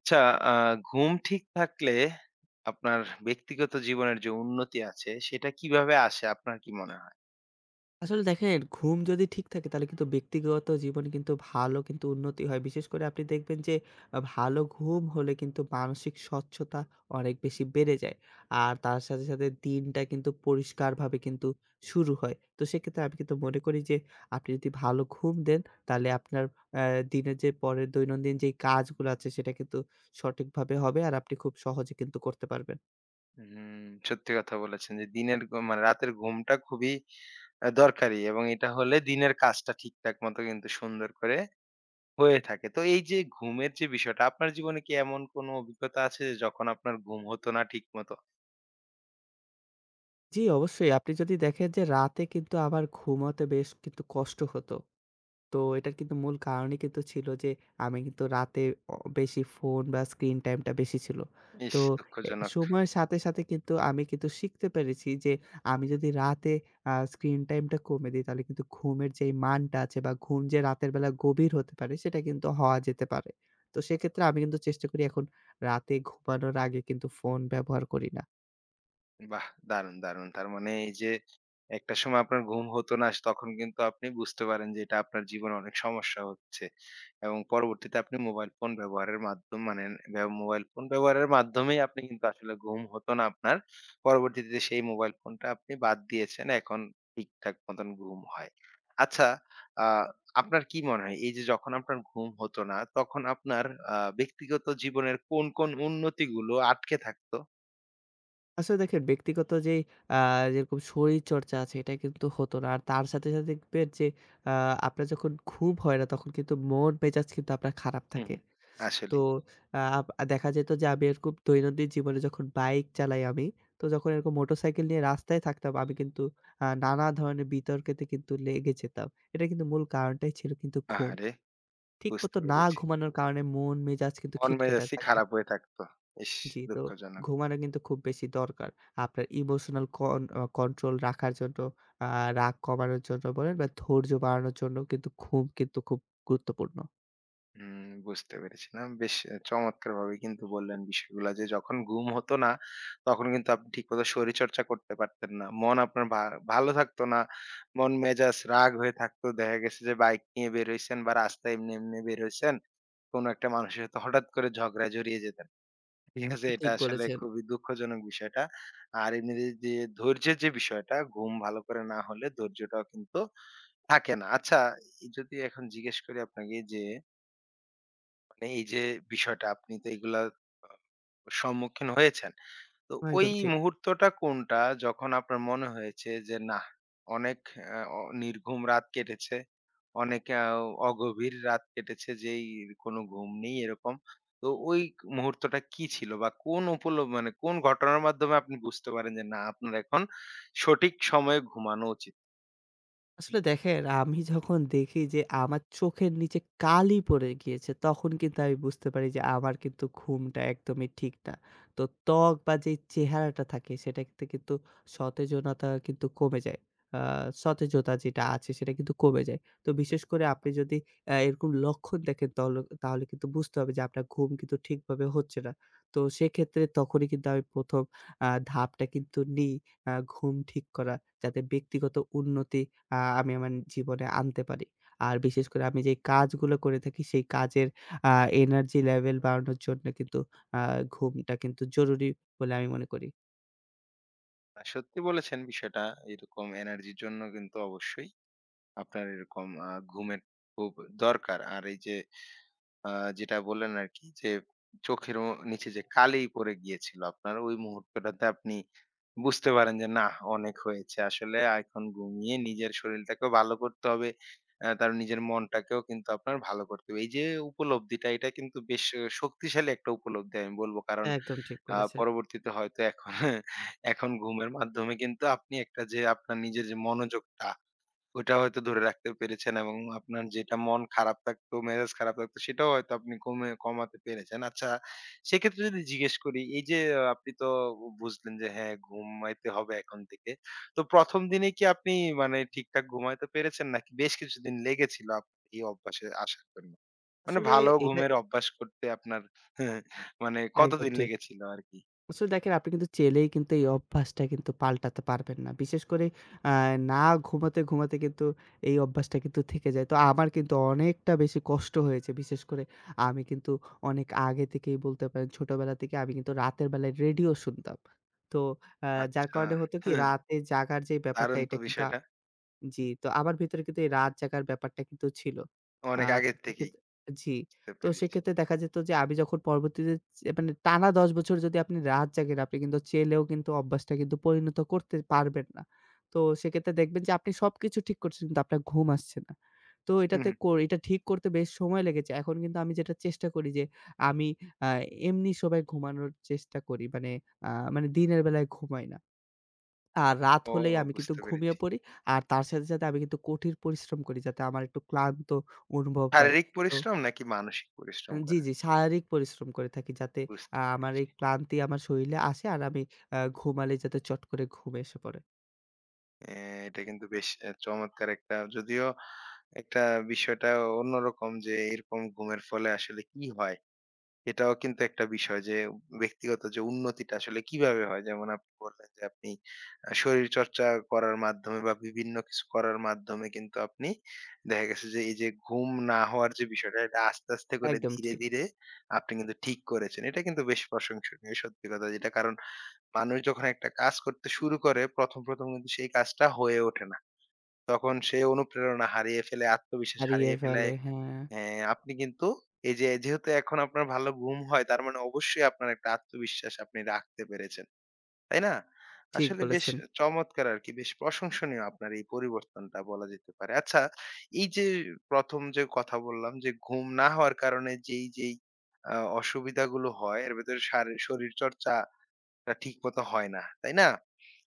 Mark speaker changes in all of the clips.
Speaker 1: আচ্ছা, আ ঘুম ঠিক থাকলে আপনার ব্যক্তিগত জীবনের যে উন্নতি আছে, সেটা কিভাবে আসে আপনার কি মনে হয়?
Speaker 2: আসলে দেখেন ঘুম যদি ঠিক থাকে তাহলে কিন্তু ব্যক্তিগত জীবনে কিন্তু ভালো কিন্তু উন্নতি হয়। বিশেষ করে আপনি দেখবেন যে ভালো ঘুম হলে কিন্তু মানসিক স্বচ্ছতা অনেক বেশি বেড়ে যায়। আর তার সাথে, সাথে দিনটা কিন্তু পরিষ্কারভাবে কিন্তু শুরু হয়। তো সেক্ষেত্রে আমি কিন্তু মনে করি যে আপনি যদি ভালো ঘুম দেন তাহলে আপনার অ্যা দিনের যে পরের দৈনন্দিন যেই কাজগুলো আছে সেটা কিন্তু সঠিকভাবে হবে আর আপনি খুব সহজে কিন্তু করতে পারবেন।
Speaker 1: হুম, সত্যি কথা বলেছেন যে দিনের ঘুম মানে রাতের ঘুমটা খুবই দরকারি এবং এটা হলে দিনের কাজটা ঠিকঠাক মতো কিন্তু সুন্দর করে হয়ে থাকে। তো এই যে ঘুমের যে বিষয়টা, আপনার জীবনে কি এমন কোনো অভিজ্ঞতা আছে যে যখন আপনার ঘুম হতো না ঠিক মতো?
Speaker 2: জি, অবশ্যই আপনি যদি দেখেন যে রাতে কিন্তু আমার ঘুমাতে বেশ কিন্তু কষ্ট হতো। তো এটার কিন্তু মূল কারণই কিন্তু ছিল যে আমি কিন্তু রাতে বেশি ফোন বা স্ক্রিন টাইমটা বেশি ছিল।
Speaker 1: ইস!
Speaker 2: তো এ
Speaker 1: দুঃখজনক।
Speaker 2: সময়ের সাথে, সাথে কিন্তু আমি কিন্তু শিখতে পেরেছি যে আমি যদি রাতে স্ক্রিন টাইমটা কমে দেই তাহলে কিন্তু ঘুমের যেই মানটা আছে বা ঘুম যে রাতের বেলা গভীর হতে পারে সেটা কিন্তু হওয়া যেতে পারে। তো সেক্ষেত্রে আমি কিন্তু চেষ্টা করি এখন রাতে ঘুমানোর আগে কিন্তু ফোন ব্যবহার করি না।
Speaker 1: বাহ! দারুণ, দারুণ। তার মানে এই যে একটা সময় আপনার ঘুম হতো না তখন কিন্তু আপনি বুঝতে পারেন যে এটা আপনার জীবনে অনেক সমস্যা হচ্ছে। এবং পরবর্তীতে আপনি মোবাইল ফোন ব্যবহারের মাধ্যম মানে মোবাইল ফোন ব্যবহারের মাধ্যমেই আপনি কিন্তু আসলে ঘুম হতো না আপনার। পরবর্তীতে সেই মোবাইল ফোনটা আপনি বাদ দিয়েছেন। এখন ঠিকঠাক মতন ঘুম হয়। আচ্ছা, আ আপনার কি মনে হয় এই যে যখন আপনার ঘুম হতো না তখন আপনার ব্যক্তিগত জীবনের কোন উন্নতিগুলো আটকে থাকতো?
Speaker 2: আসলে দেখেন ব্যক্তিগত যেই আ যেরকম শরীরচর্চা আছে এটা কিন্তু হতো না। আর তার সাথে, সাথে দেখবেন যে আ আপনার যখন ঘুম হয় না তখন কিন্তু মন মেজাজ কিন্তু আপনার খারাপ
Speaker 1: হু,
Speaker 2: থাকে।
Speaker 1: হু।
Speaker 2: তো
Speaker 1: আসলেই।
Speaker 2: আ আপ দেখা যেত যে আমি এরকম দৈনন্দিন জীবনে যখন বাইক চালাই আমি, তো যখন এরকম মোটরসাইকেল নিয়ে রাস্তায় থাকতাম আমি কিন্তু নানা ধরনের বিতর্কেতে কিন্তু লেগে যেতাম। এটা কিন্তু মূল কারণটাই ছিল কিন্তু ঘুম।
Speaker 1: আহারে!
Speaker 2: ঠিক
Speaker 1: বুঝতে
Speaker 2: মতো না
Speaker 1: পেরেছি।
Speaker 2: ঘুমানোর কারণে মন মেজাজ কিন্তু
Speaker 1: মন
Speaker 2: খিটখিটে
Speaker 1: মেজাজই
Speaker 2: থাকে।
Speaker 1: খারাপ হয়ে থাকতো। ইস!
Speaker 2: জি, তো
Speaker 1: দুঃখজনক।
Speaker 2: ঘুমানো কিন্তু খুব বেশি দরকার। আপনার ইমোশনাল কন আ কন্ট্রোল রাখার জন্য, আ রাগ কমানোর জন্য বলেন বা ধৈর্য বাড়ানোর জন্য কিন্তু ঘুম কিন্তু খুব গুরুত্বপূর্ণ।
Speaker 1: হুম, বুঝতে পেরেছি। না বেশ চমৎকারভাবে কিন্তু বললেন বিষয়গুলা যে যখন ঘুম হতো না, তখন কিন্তু আপনি ঠিকমতো শরীরচর্চা করতে পারতেন না। মন আপনার ভালো থাকতো না। মন মেজাজ রাগ হয়ে থাকতো। দেখা গেছে যে বাইক নিয়ে বের হইছেন বা রাস্তায় এমনি, এমনি বের হইছেন। কোন একটা মানুষের সাথে হঠাৎ করে ঝগড়ায় জড়িয়ে যেতেন। ঠিক আছে? এটা
Speaker 2: ঠিক
Speaker 1: আসলে
Speaker 2: বলেছেন।
Speaker 1: খুবই দুঃখজনক বিষয়টা। আর এমনিতে যে ধৈর্যের যে বিষয়টা, ঘুম ভালো করে না হলে ধৈর্যটাও কিন্তু থাকে না। আচ্ছা, এই যদি এখন জিজ্ঞেস করি আপনাকে যে, মানে এই যে বিষয়টা আপনি তো এগুলা আ সম্মুখীন হয়েছেন। তো ওই
Speaker 2: একদম ঠিক।
Speaker 1: মুহূর্তটা কোনটা যখন আপনার মনে হয়েছে যে না অনেক আ অ নির্ঘুম রাত কেটেছে, অনেক অগভীর রাত কেটেছে যেই কোনো ঘুম নেই এরকম। তো ওই মুহূর্তটা কি ছিল বা কোন মানে কোন ঘটনার মাধ্যমে আপনি বুঝতে পারেন যে না আপনার এখন সঠিক সময়ে ঘুমানো উচিত।
Speaker 2: আসলে দেখেন আমি যখন দেখি যে আমার চোখের নিচে কালি পড়ে গিয়েছে তখন কিন্তু আমি বুঝতে পারি যে আমার কিন্তু ঘুমটা একদমই ঠিক না। তো ত্বক বা যে চেহারাটা থাকে সেটা তে কিন্তু সতেজনতা কিন্তু কমে যায়। আ সতেজতা যেটা আছে সেটা কিন্তু কমে যায়। তো বিশেষ করে আপনি যদি এরকম লক্ষণ দেখেন তাহলে কিন্তু বুঝতে হবে যে আপনার ঘুম কিন্তু ঠিকভাবে হচ্ছে না। তো সেক্ষেত্রে তখনই কিন্তু আমি ১ম ধাপটা কিন্তু নিই, ঘুম ঠিক করা। যাতে ব্যক্তিগত উন্নতি আমি আমার জীবনে আনতে পারি। আর বিশেষ করে আমি যেই কাজগুলো করে থাকি সেই কাজের আ এনার্জি লেভেল বাড়ানোর জন্য কিন্তু আ ঘুমটা কিন্তু জরুরি বলে আমি মনে করি।
Speaker 1: সত্যি বলেছেন বিষয়টা এরকম এনার্জির জন্য কিন্তু অবশ্যই আপনার এরকম ঘুমের খুব দরকার। আর এই যে আ যেটা বললেন আরকি যে, চোখের ও নিচে যে কালি পড়ে গিয়েছিল আপনার, ওই মুহূর্তটাতে আপনি বুঝতে পারেন যে, নাহ অনেক হয়েছে। আসলে এখন ঘুমিয়ে নিজের শরীরটাকেও ভালো করতে হবে। তার নিজের মনটাকেও কিন্তু আপনার ভালো করতে হবে। এই যে উপলব্ধিটা, এটা কিন্তু বেশ শক্তিশালী একটা উপলব্ধি আমি বলব। কারণ
Speaker 2: একদম ঠিক বলেছেন।
Speaker 1: পরবর্তীতে হয়তো এখন এখন ঘুমের মাধ্যমে কিন্তু আপনি একটা যে আপনার নিজের যে মনোযোগটা ওইটা হয়তো ধরে রাখতে পেরেছেন এবং আপনার যেটা মন খারাপ থাকতো, মেজাজ খারাপ থাকতো সেটাও হয়তো আপনি কমাতে পেরেছেন। আচ্ছা সেক্ষেত্রে যদি জিজ্ঞেস করি এই যে আপনি তো বুঝলেন যে হ্যাঁ, ঘুমাইতে হবে এখন থেকে। তো ১ম দিনে কি আপনি মানে ঠিকঠাক ঘুমাইতে পেরেছেন নাকি বেশ কিছুদিন লেগেছিল আপনার এই অভ্যাসে আসার জন্য? মানে
Speaker 2: আসলে
Speaker 1: ভালো
Speaker 2: এটা
Speaker 1: ঘুমের অভ্যাস করতে আপনার মানে
Speaker 2: একদম
Speaker 1: কতদিন
Speaker 2: ঠিক।
Speaker 1: লেগেছিল আরকি?
Speaker 2: আসলে দেখেন আপনি কিন্তু চেলেই কিন্তু এই অভ্যাসটা কিন্তু পাল্টাতে পারবেন না। বিশেষ করে আ না ঘুমাতে, ঘুমাতে কিন্তু এই অভ্যাসটা কিন্তু থেকে যায়। তো আমার কিন্তু অনেকটা বেশি কষ্ট হয়েছে। বিশেষ করে আমি কিন্তু অনেক আগে থেকেই বলতে পারেন ছোটবেলা থেকে আমি কিন্তু রাতের বেলায় রেডিও শুনতাম। তো আ যার
Speaker 1: আচ্ছা।
Speaker 2: কারণে হতো কি রাতে জাগার যে ব্যাপারটা
Speaker 1: দারুণ
Speaker 2: এটা
Speaker 1: তো
Speaker 2: কিন্তু।
Speaker 1: বিষয়টা।
Speaker 2: জি, তো আমার ভেতরে কিন্তু এই রাত জাগার ব্যাপারটা কিন্তু ছিল। আ
Speaker 1: অনেক
Speaker 2: তো
Speaker 1: আগের থেকেই
Speaker 2: সেক্ষেত্রে জি,
Speaker 1: বুঝতে
Speaker 2: তো
Speaker 1: পেরেছি।
Speaker 2: সেক্ষেত্রে দেখা যেত যে আমি যখন পরবর্তীতে মানে টানা ১০ বছর যদি আপনি রাত জাগেন, আপনি কিন্তু চেলেও কিন্তু অভ্যাসটা কিন্তু পরিণত করতে পারবেন না। তো সেক্ষেত্রে দেখবেন যে আপনি সবকিছু ঠিক করছেন কিন্তু আপনার ঘুম আসছে না। তো
Speaker 1: হুম, হুম।
Speaker 2: এটা ঠিক করতে বেশ সময় লেগেছে। এখন কিন্তু আমি যেটা চেষ্টা করি যে আমি আ এমনি সময় ঘুমানোর চেষ্টা করি। আ মানে দিনের বেলায় ঘুমাই না। আর রাত
Speaker 1: ও
Speaker 2: হলেই আমি কিন্তু
Speaker 1: বুঝতে
Speaker 2: ঘুমিয়ে
Speaker 1: পেরেছি।
Speaker 2: পড়ি। আর তার সাথে, সাথে আমি কিন্তু কঠিন পরিশ্রম করি যাতে আমার একটু ক্লান্ত অনুভব হয়।
Speaker 1: শারীরিক
Speaker 2: তো
Speaker 1: পরিশ্রম নাকি মানসিক পরিশ্রম
Speaker 2: জি,
Speaker 1: করা?
Speaker 2: জি, শারীরিক পরিশ্রম করে থাকি যাতে
Speaker 1: বুঝতে
Speaker 2: আমার
Speaker 1: পেরেছি।
Speaker 2: এই ক্লান্তি আমার শরীলে আসে আর আমি ঘুমালে যাতে চট করে ঘুম এসে পড়ে।
Speaker 1: অ্যা এটা কিন্তু বেশ চমৎকার একটা যদিও একটা বিষয়টা অন্যরকম যে এরকম ঘুমের ফলে আসলে কি হয়? এটাও কিন্তু একটা বিষয় যে ব্যক্তিগত যে উন্নতিটা আসলে কিভাবে হয়? যেমন আপনি বললেন যে আপনি শরীরচর্চা করার মাধ্যমে বা বিভিন্ন কিছু করার মাধ্যমে কিন্তু আপনি দেখা গেছে যে এই যে ঘুম না হওয়ার যে বিষয়টা এটা আস্তে, আস্তে করে
Speaker 2: একদম
Speaker 1: ধীরে,
Speaker 2: ঠিক।
Speaker 1: ধীরে আপনি কিন্তু ঠিক করেছেন। এটা কিন্তু বেশ প্রশংসনীয় সত্যি কথা যেটা। কারণ মানুষ যখন একটা কাজ করতে শুরু করে ১ম কিন্তু সেই কাজটা হয়ে ওঠে না। তখন সে অনুপ্রেরণা হারিয়ে ফেলে, আত্মবিশ্বাস
Speaker 2: হারিয়ে
Speaker 1: হারিয়ে ফেলে।
Speaker 2: ফেলে, হ্যাঁ,
Speaker 1: হ্যাঁ, আপনি কিন্তু এই যে যেহেতু এখন আপনার ভালো ঘুম হয় তার মানে অবশ্যই আপনার একটা আত্মবিশ্বাস আপনি রাখতে পেরেছেন। তাই না?
Speaker 2: ঠিক
Speaker 1: আসলে বেশ
Speaker 2: বলেছেন।
Speaker 1: চমৎকার আরকি। বেশ প্রশংসনীয় আপনার এই পরিবর্তনটা বলা যেতে পারে। আচ্ছা, এই যে ১ম, যে কথা বললাম যে ঘুম না হওয়ার কারণে যেই আ অসুবিধাগুলো হয় এর ভেতরে শরীরচর্চাটা ঠিক মতো হয় না। তাই না?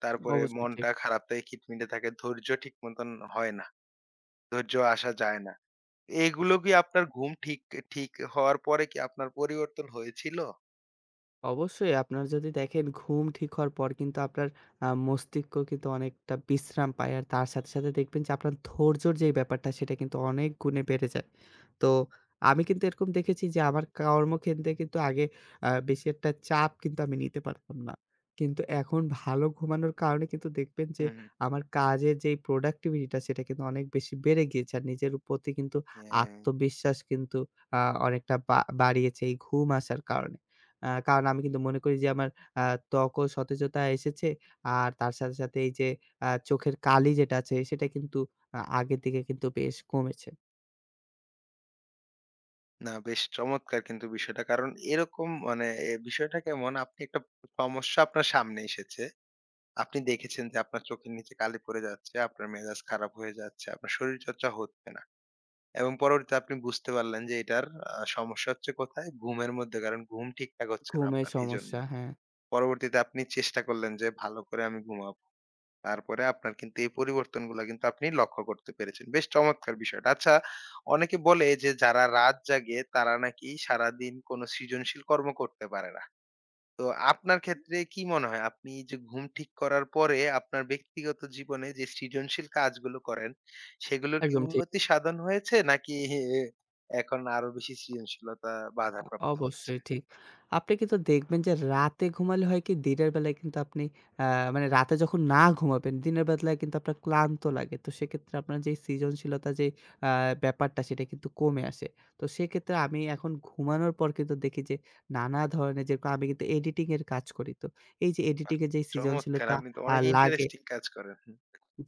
Speaker 1: তারপরে
Speaker 2: অবশ্যই ঠিক।
Speaker 1: মনটা খারাপ থাকে, খিটমিটে থাকে। ধৈর্য ঠিক মতন হয় না। ধৈর্য আসা যায় না। এগুলো কি আপনার ঘুম ঠিক ঠিক হওয়ার পরে কি আপনার পরিবর্তন হয়েছিল?
Speaker 2: অবশ্যই আপনার যদি দেখেন ঘুম ঠিক হওয়ার পর কিন্তু আপনার মস্তিষ্ক কিন্তু অনেকটা বিশ্রাম পায়। আর তার সাথে, সাথে দেখবেন যে আপনার ধৈর্যর যে ব্যাপারটা সেটা কিন্তু অনেক গুণে বেড়ে যায়। তো আমি কিন্তু এরকম দেখেছি যে আমার কর্মক্ষেত্রে কিন্তু আগে বেশি একটা চাপ কিন্তু আমি নিতে পারতাম না। কিন্তু এখন ভালো ঘুমানোর কারণে কিন্তু দেখবেন যে
Speaker 1: হুম, হুম।
Speaker 2: আমার কাজের যেই productivity টা সেটা কিন্তু অনেক বেশি বেড়ে গিয়েছে। আর নিজের প্রতি কিন্তু
Speaker 1: হ্যাঁ,
Speaker 2: আত্মবিশ্বাস কিন্তু আ অনেকটা বাড়িয়েছে এই ঘুম আসার কারণে। কারণ আমি কিন্তু মনে করি যে আমার আ ত্বকও সতেজতা এসেছে। আর তার সাথে, সাথে এই যে চোখের কালি যেটা আছে সেটা কিন্তু আগের থেকে কিন্তু বেশ কমেছে।
Speaker 1: না বেশ চমৎকার কিন্তু বিষয়টা। কারণ এরকম মানে এ বিষয়টা কেমন আপনি একটা সমস্যা আপনার সামনে এসেছে। আপনি দেখেছেন যে আপনার চোখের নিচে কালি পড়ে যাচ্ছে, আপনার মেজাজ খারাপ হয়ে যাচ্ছে, আপনার শরীরচর্চা হচ্ছে না। এবং পরবর্তীতে আপনি বুঝতে পারলেন যে এটার সমস্যা হচ্ছে কোথায়? ঘুমের মধ্যে। কারণ ঘুম ঠিকঠাক হচ্ছে না
Speaker 2: ঘুমের
Speaker 1: আপনার এজন্য।
Speaker 2: সমস্যা, হ্যাঁ,
Speaker 1: পরবর্তীতে আপনি চেষ্টা করলেন যে ভালো করে আমি ঘুমাবো। তারপরে আপনার কিন্তু এই পরিবর্তনগুলা কিন্তু আপনি লক্ষ্য করতে পেরেছেন। বেশ চমৎকার বিষয়টা। আচ্ছা অনেকে বলে যে যারা রাত জাগে তারা নাকি সারাদিন কোনো সৃজনশীল কর্ম করতে পারে না। তো আপনার ক্ষেত্রে কি মনে হয় আপনি যে ঘুম ঠিক করার পরে আপনার ব্যক্তিগত জীবনে যে সৃজনশীল কাজগুলো করেন সেগুলোর কি
Speaker 2: একদম ঠিক।
Speaker 1: উন্নতি সাধন হয়েছে নাকি এখন আরো বেশি সৃজনশীলতা
Speaker 2: আ
Speaker 1: বাধাপ্রাপ্ত হচ্ছে?
Speaker 2: অবশ্যই ঠিক। আপনি কিন্তু দেখবেন যে রাতে ঘুমালে হয় কি দিনের বেলায় কিন্তু আপনি আ মানে রাতে যখন না ঘুমাবেন দিনের বেলায় কিন্তু আপনার ক্লান্ত লাগে। তো সেক্ষেত্রে আপনার যে সৃজনশীলতা যে আ ব্যাপারটা সেটা কিন্তু কমে আসে। তো সেক্ষেত্রে আমি এখন ঘুমানোর পর কিন্তু দেখি যে নানা ধরনের যেরকম আমি কিন্তু এডিটিং এর কাজ করি। তো এই যে
Speaker 1: বাহ!
Speaker 2: এডিটিং এর যে
Speaker 1: চমৎকার
Speaker 2: সৃজনশীলতা
Speaker 1: আপনি তো
Speaker 2: আ
Speaker 1: অনেক
Speaker 2: লাগে
Speaker 1: ইন্টারেস্টিং কাজ করেন। হুম।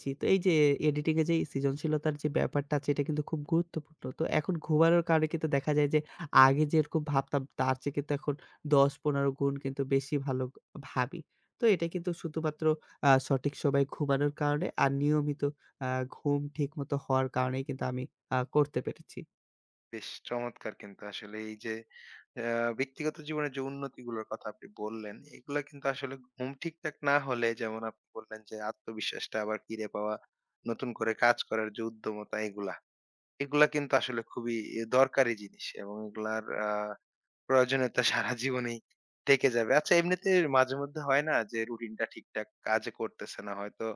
Speaker 2: জি, তো এই যে এডিটিং এ যে সৃজনশীলতার যে ব্যাপারটা আছে এটা কিন্তু খুব গুরুত্বপূর্ণ। তো এখন ঘুমানোর কারণে কিন্তু দেখা যায় যে আগে যেরকম ভাবতাম তার চেয়ে কিন্তু এখন ১০-১৫ গুণ কিন্তু বেশি ভালো ভাবি। তো এটা কিন্তু শুধুমাত্র সঠিক সময়ে ঘুমানোর কারণে আর নিয়মিত আ ঘুম ঠিকমতো হওয়ার কারণেই কিন্তু আমি করতে পেরেছি।
Speaker 1: বেশ চমৎকার কিন্তু আসলে এই যে ব্যক্তিগত জীবনের যে উন্নতিগুলোর কথা আপনি বললেন এগুলা কিন্তু আসলে ঘুম ঠিকঠাক না হলে যেমন আপনি বললেন যে আত্মবিশ্বাসটা আবার ফিরে পাওয়া নতুন করে কাজ করার যে উদ্যমতা এগুলা এগুলা কিন্তু আসলে খুবই দরকারি জিনিস এবং এগুলার প্রয়োজনীয়তা সারা জীবনেই থেকে যাবে। আচ্ছা এমনিতে মাঝে মধ্যে হয় না যে রুটিনটা ঠিকঠাক কাজ করতেছে না হয়তো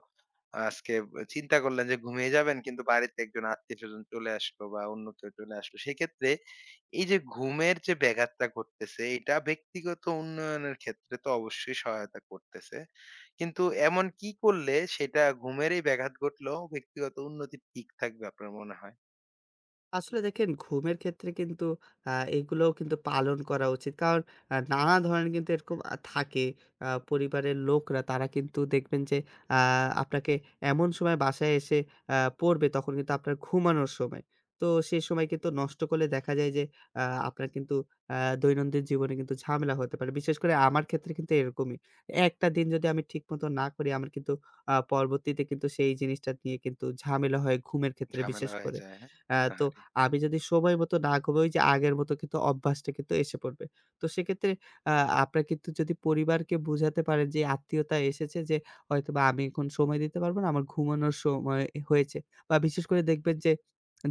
Speaker 1: আজকে চিন্তা করলেন যে ঘুমিয়ে যাবেন কিন্তু বাড়িতে একজন আত্মীয়স্বজন চলে আসলো বা অন্য কেউ চলে আসলো। সেক্ষেত্রে এই যে ঘুমের যে ব্যাঘাতটা ঘটতেছে এটা ব্যক্তিগত উন্নয়নের ক্ষেত্রে তো অবশ্যই সহায়তা করতেছে। কিন্তু এমন কি করলে সেটা ঘুমের এই ব্যাঘাত ঘটলেও ব্যক্তিগত উন্নতি ঠিক থাকবে আপনার মনে হয়?
Speaker 2: আসলে দেখেন ঘুমের ক্ষেত্রে কিন্তু আ এগুলোও কিন্তু পালন করা উচিত। কারণ নানা ধরনের কিন্তু এরকম থাকে। পরিবারের লোকরা তারা কিন্তু দেখবেন যে আ আপনাকে এমন সময় বাসায় এসে পড়বে তখন কিন্তু আপনার ঘুমানোর সময়। তো সেই সময় কিন্তু নষ্ট করলে দেখা যায় যে আ আপনার কিন্তু আ দৈনন্দিন জীবনে কিন্তু ঝামেলা হতে পারে। বিশেষ করে আমার ক্ষেত্রে কিন্তু এরকমই। একটা দিন যদি আমি ঠিকমতো না করি, আমার কিন্তু পরবর্তীতে কিন্তু সেই জিনিসটা নিয়ে কিন্তু ঝামেলা হয় ঘুমের ক্ষেত্রে
Speaker 1: ঝামেলা
Speaker 2: বিশেষ
Speaker 1: হয়ে
Speaker 2: করে।
Speaker 1: যায়, হ্যাঁ?
Speaker 2: তো
Speaker 1: আহারে!
Speaker 2: আমি যদি সময় মতো না ঘুমাই, ওই যে আগের মতো কিন্তু অভ্যাসটা কিন্তু এসে পড়বে। তো সেক্ষেত্রে আ আপনারা কিন্তু যদি পরিবারকে বুঝাতে পারেন যে আত্মীয়তা এসেছে, যে হয়তোবা আমি এখন সময় দিতে পারবো না, আমার ঘুমানোর সময় হয়েছে। বা বিশেষ করে দেখবেন যে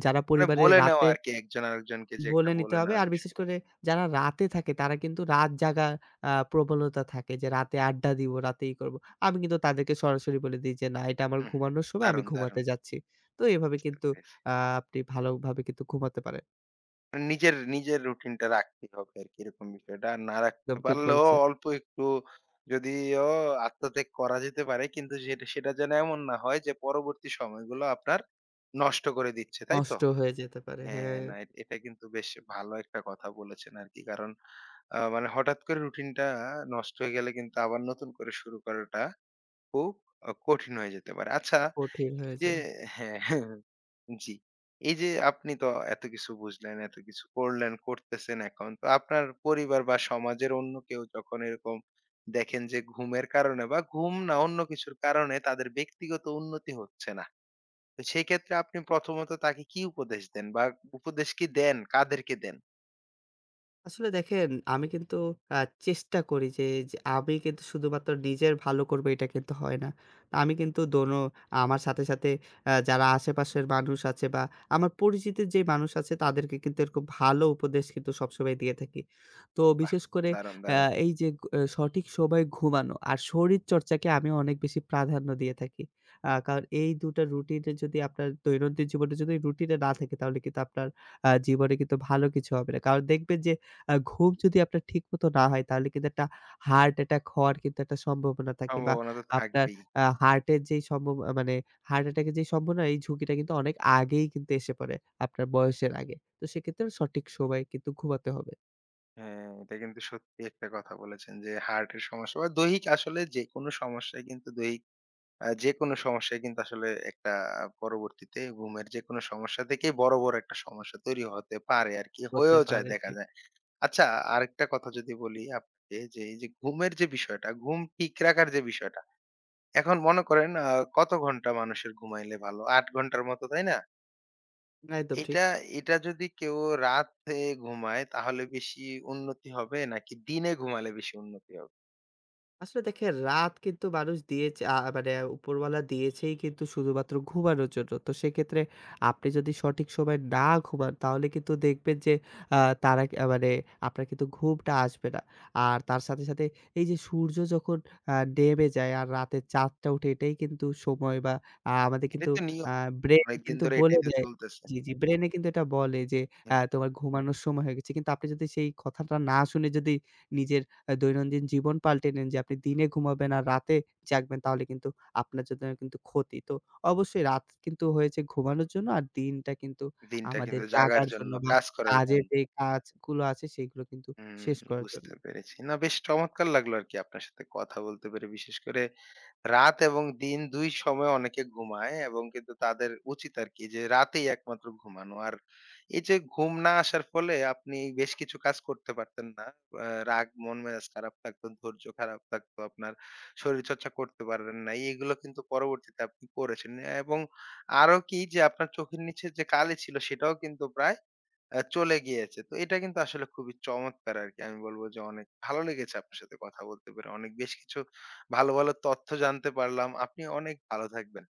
Speaker 2: যারা
Speaker 1: মানে
Speaker 2: পরিবারে
Speaker 1: বলে নেওয়া
Speaker 2: রাতে
Speaker 1: আরকি একজন আরেকজনকে যে একটা
Speaker 2: বলে নিতে
Speaker 1: বলে
Speaker 2: হবে।
Speaker 1: নেওয়ার
Speaker 2: আর বিশেষ
Speaker 1: বিষয়টা।
Speaker 2: করে যারা রাতে থাকে তারা কিন্তু রাত জাগার প্রবলতা থাকে, যে রাতে আড্ডা দিব, রাতে করব। আমি কিন্তু তাদেরকে সরাসরি বলে দেই যে, "না, এটা আমার
Speaker 1: হুম,
Speaker 2: ঘুমানোর সময়, আমি
Speaker 1: দারুণ,
Speaker 2: ঘুমাতে
Speaker 1: দারুণ।
Speaker 2: যাচ্ছি।" তো এভাবে কিন্তু
Speaker 1: বেশ।
Speaker 2: আ আপনি ভালোভাবে কিন্তু ঘুমাতে পারেন।
Speaker 1: মানে নিজের, নিজের রুটিনটা রাখতেই হবে আরকি এরকম বিষয়টা। আর না রাখতে
Speaker 2: একদম ঠিক
Speaker 1: পারলেও
Speaker 2: বলেছেন।
Speaker 1: অল্প একটু যদিও আত্মত্যাগ করা যেতে পারে কিন্তু সেটা সেটা যেন এমন না হয় যে পরবর্তী সময়গুলো আপনার নষ্ট করে দিচ্ছে, তাই তো?
Speaker 2: নষ্ট হয়ে যেতে পারে,
Speaker 1: হ্যাঁ,
Speaker 2: হ্যাঁ।
Speaker 1: না এটা কিন্তু বেশ ভালো একটা কথা বলেছেন আরকি। কারণ মানে হঠাৎ করে রুটিনটা নষ্ট হয়ে গেলে কিন্তু আবার নতুন করে শুরু করাটা খুব কঠিন হয়ে যেতে পারে। আচ্ছা,
Speaker 2: কঠিন হয়ে
Speaker 1: এই যে
Speaker 2: যায়।
Speaker 1: হ্যাঁ, হ্যাঁ, হ্যাঁ, জি। এই যে আপনি তো এত কিছু বুঝলেন, এত কিছু করলেন, করতেছেন এখন। তো আপনার পরিবার বা সমাজের অন্য কেউ যখন এরকম দেখেন যে ঘুমের কারণে বা ঘুম না অন্য কিছুর কারণে তাদের ব্যক্তিগত উন্নতি হচ্ছে না। তো সেই ক্ষেত্রে আপনি প্রথমত তাকে কি উপদেশ দেন বা উপদেশ কি দেন? কাদেরকে দেন?
Speaker 2: আসলে দেখেন, আমি কিন্তু আ চেষ্টা করি যে, আমি কিন্তু শুধুমাত্র নিজের ভালো করব এটা কিন্তু হয় না। আমি কিন্তু দোনো আমার সাথে, সাথে যারা আশেপাশের মানুষ আছে বা আমার পরিচিতের যে মানুষ আছে তাদেরকে কিন্তু এরকম ভালো উপদেশ কিন্তু সবসময় দিয়ে থাকি। তো
Speaker 1: বাহ!
Speaker 2: বিশেষ করে
Speaker 1: দারুণ,
Speaker 2: আ
Speaker 1: দারুণ।
Speaker 2: এই যে সঠিক সময়ে ঘুমানো আর শরীরচর্চাকে আমি অনেক বেশি প্রাধান্য দিয়ে থাকি। কারণ এই ২ টা রুটিনে যদি আপনার দৈনন্দিন জীবনে যদি রুটিনে না থাকে তাহলে কিন্তু আপনার জীবনে কিন্তু ভালো কিছু হবে না। কারণ দেখবেন যে ঘুম যদি আপনার ঠিকমতো না হয় তাহলে কিন্তু একটা হার্ট অ্যাটাক হওয়ার কিন্তু একটা সম্ভাবনা থাকে, বা
Speaker 1: সম্ভাবনা তো
Speaker 2: আপনার
Speaker 1: থাকবেই।
Speaker 2: হার্টের যেই সম্ভব আ মানে হার্ট অ্যাটাকের যেই সম্ভাবনা, এই ঝুঁকিটা কিন্তু অনেক আগেই কিন্তু এসে পড়ে আপনার বয়সের আগে। তো সেক্ষেত্রে সঠিক সময়ে কিন্তু ঘুমাতে হবে।
Speaker 1: হ্যাঁ, এটা কিন্তু সত্যি একটা কথা বলেছেন যে হার্টের সমস্যা বা দৈহিক আসলে যেকোনো সমস্যায় কিন্তু দৈহিক যেকোনো সমস্যায় কিন্তু আসলে একটা পরবর্তীতে ঘুমের যেকোনো সমস্যা থেকেই বড় বড় একটা সমস্যা তৈরি হতে পারে আর কি
Speaker 2: হতে
Speaker 1: হয়েও যায়
Speaker 2: পারে,
Speaker 1: দেখা
Speaker 2: ঠিক।
Speaker 1: যায়। আচ্ছা আরেকটা কথা যদি বলি আপনাকে যে এই যে ঘুমের যে বিষয়টা ঘুম ঠিক রাখার যে বিষয়টা এখন মনে করেন কত ঘন্টা মানুষের ঘুমাইলে ভালো ৮ ঘন্টার মতো তাই না
Speaker 2: একদম ঠিক।
Speaker 1: এটা, এটা যদি কেউ রাতে ঘুমায় তাহলে বেশি উন্নতি হবে নাকি দিনে ঘুমালে বেশি উন্নতি হবে?
Speaker 2: আসলে দেখেন রাত কিন্তু মানুষ দিয়েছে, মানে উপরওয়ালা দিয়েছেই কিন্তু শুধুমাত্র ঘুমানোর জন্য। তো সেক্ষেত্রে আপনি যদি সঠিক সময়ে না ঘুমান তাহলে কিন্তু দেখবেন যে আ তারা, মানে আপনার কিন্তু ঘুমটা আসবে না। আর তার সাথে, সাথে এই যে সূর্য যখন নেমে যায় আর রাতের চাঁদটা ওঠে, এটাই কিন্তু সময় বা আমাদের কিন্তু
Speaker 1: এটাই তো
Speaker 2: আ
Speaker 1: নিয়ম।
Speaker 2: ব্রেইনে
Speaker 1: অনেকদিন
Speaker 2: কিন্তু
Speaker 1: ধরে
Speaker 2: বলে
Speaker 1: এটাই তো
Speaker 2: দেয়।
Speaker 1: চলতেছে।
Speaker 2: জি, জি, ব্রেইনে কিন্তু এটা বলে যে
Speaker 1: হ্যাঁ,
Speaker 2: তোমার ঘুমানোর সময় হয়ে গেছে। কিন্তু আপনি যদি সেই কথাটা না শুনে যদি নিজের দৈনন্দিন জীবন পাল্টে নেন যে আপনি দিনে ঘুমাবেন আর রাতে জাগবেন, তাহলে কিন্তু আপনার জন্য কিন্তু ক্ষতি। তো অবশ্যই রাত কিন্তু হয়েছে ঘুমানোর জন্য আর দিনটা কিন্তু
Speaker 1: দিনটা
Speaker 2: আমাদের
Speaker 1: কিন্তু জাগার
Speaker 2: জাগার
Speaker 1: জন্য,
Speaker 2: জন্য বা
Speaker 1: কাজ করার
Speaker 2: কাজের
Speaker 1: জন্য।
Speaker 2: যে কাজগুলো আছে সেগুলো কিন্তু
Speaker 1: হুম,
Speaker 2: শেষ করার জন্য।
Speaker 1: বুঝতে পেরেছি। না বেশ চমৎকার লাগলো আরকি আপনার সাথে কথা বলতে পেরে। বিশেষ করে রাত এবং দিন ২ সময় অনেকে ঘুমায় এবং কিন্তু তাদের উচিত আরকি যে রাতেই একমাত্র ঘুমানো। আর এই যে ঘুম না আসার ফলে আপনি বেশ কিছু কাজ করতে পারতেন না। রাগ মন মেজাজ খারাপ থাকতো, ধৈর্য খারাপ থাকতো, আপনার শরীরচর্চা করতে পারবেন না। এগুলো কিন্তু পরবর্তীতে আপনি করেছেন। এবং আরো কি যে আপনার চোখের নিচে যে কালি ছিল সেটাও কিন্তু প্রায় চলে গিয়েছে। তো এটা কিন্তু আসলে খুবই চমৎকার আরকি। আমি বলব যে অনেক ভালো লেগেছে আপনার সাথে কথা বলতে পেরে। অনেক বেশ কিছু ভালো, ভালো তথ্য জানতে পারলাম। আপনি অনেক ভালো থাকবেন।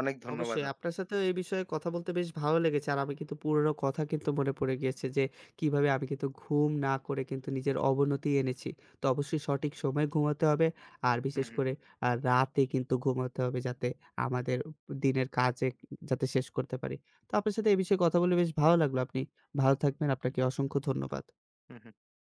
Speaker 1: অনেক ধন্যবাদ
Speaker 2: অবশ্যই, আপনার সাথেও এই বিষয়ে কথা বলতে বেশ ভালো লেগেছে। আর আমি কিন্তু পুরনো কথা কিন্তু মনে পড়ে গিয়েছে যে, কিভাবে আমি কিন্তু ঘুম না করে কিন্তু নিজের অবনতি এনেছি। তো অবশ্যই সঠিক সময়ে ঘুমাতে হবে। আর
Speaker 1: হু,
Speaker 2: বিশেষ
Speaker 1: হু।
Speaker 2: করে রাতে কিন্তু ঘুমাতে হবে যাতে আমাদের দিনের কাজে যাতে শেষ করতে পারি। তো আপনার সাথে এই বিষয়ে কথা বলে বেশ ভালো লাগলো। আপনি ভালো থাকবেন। আপনাকে অসংখ্য ধন্যবাদ।
Speaker 1: হু, হু।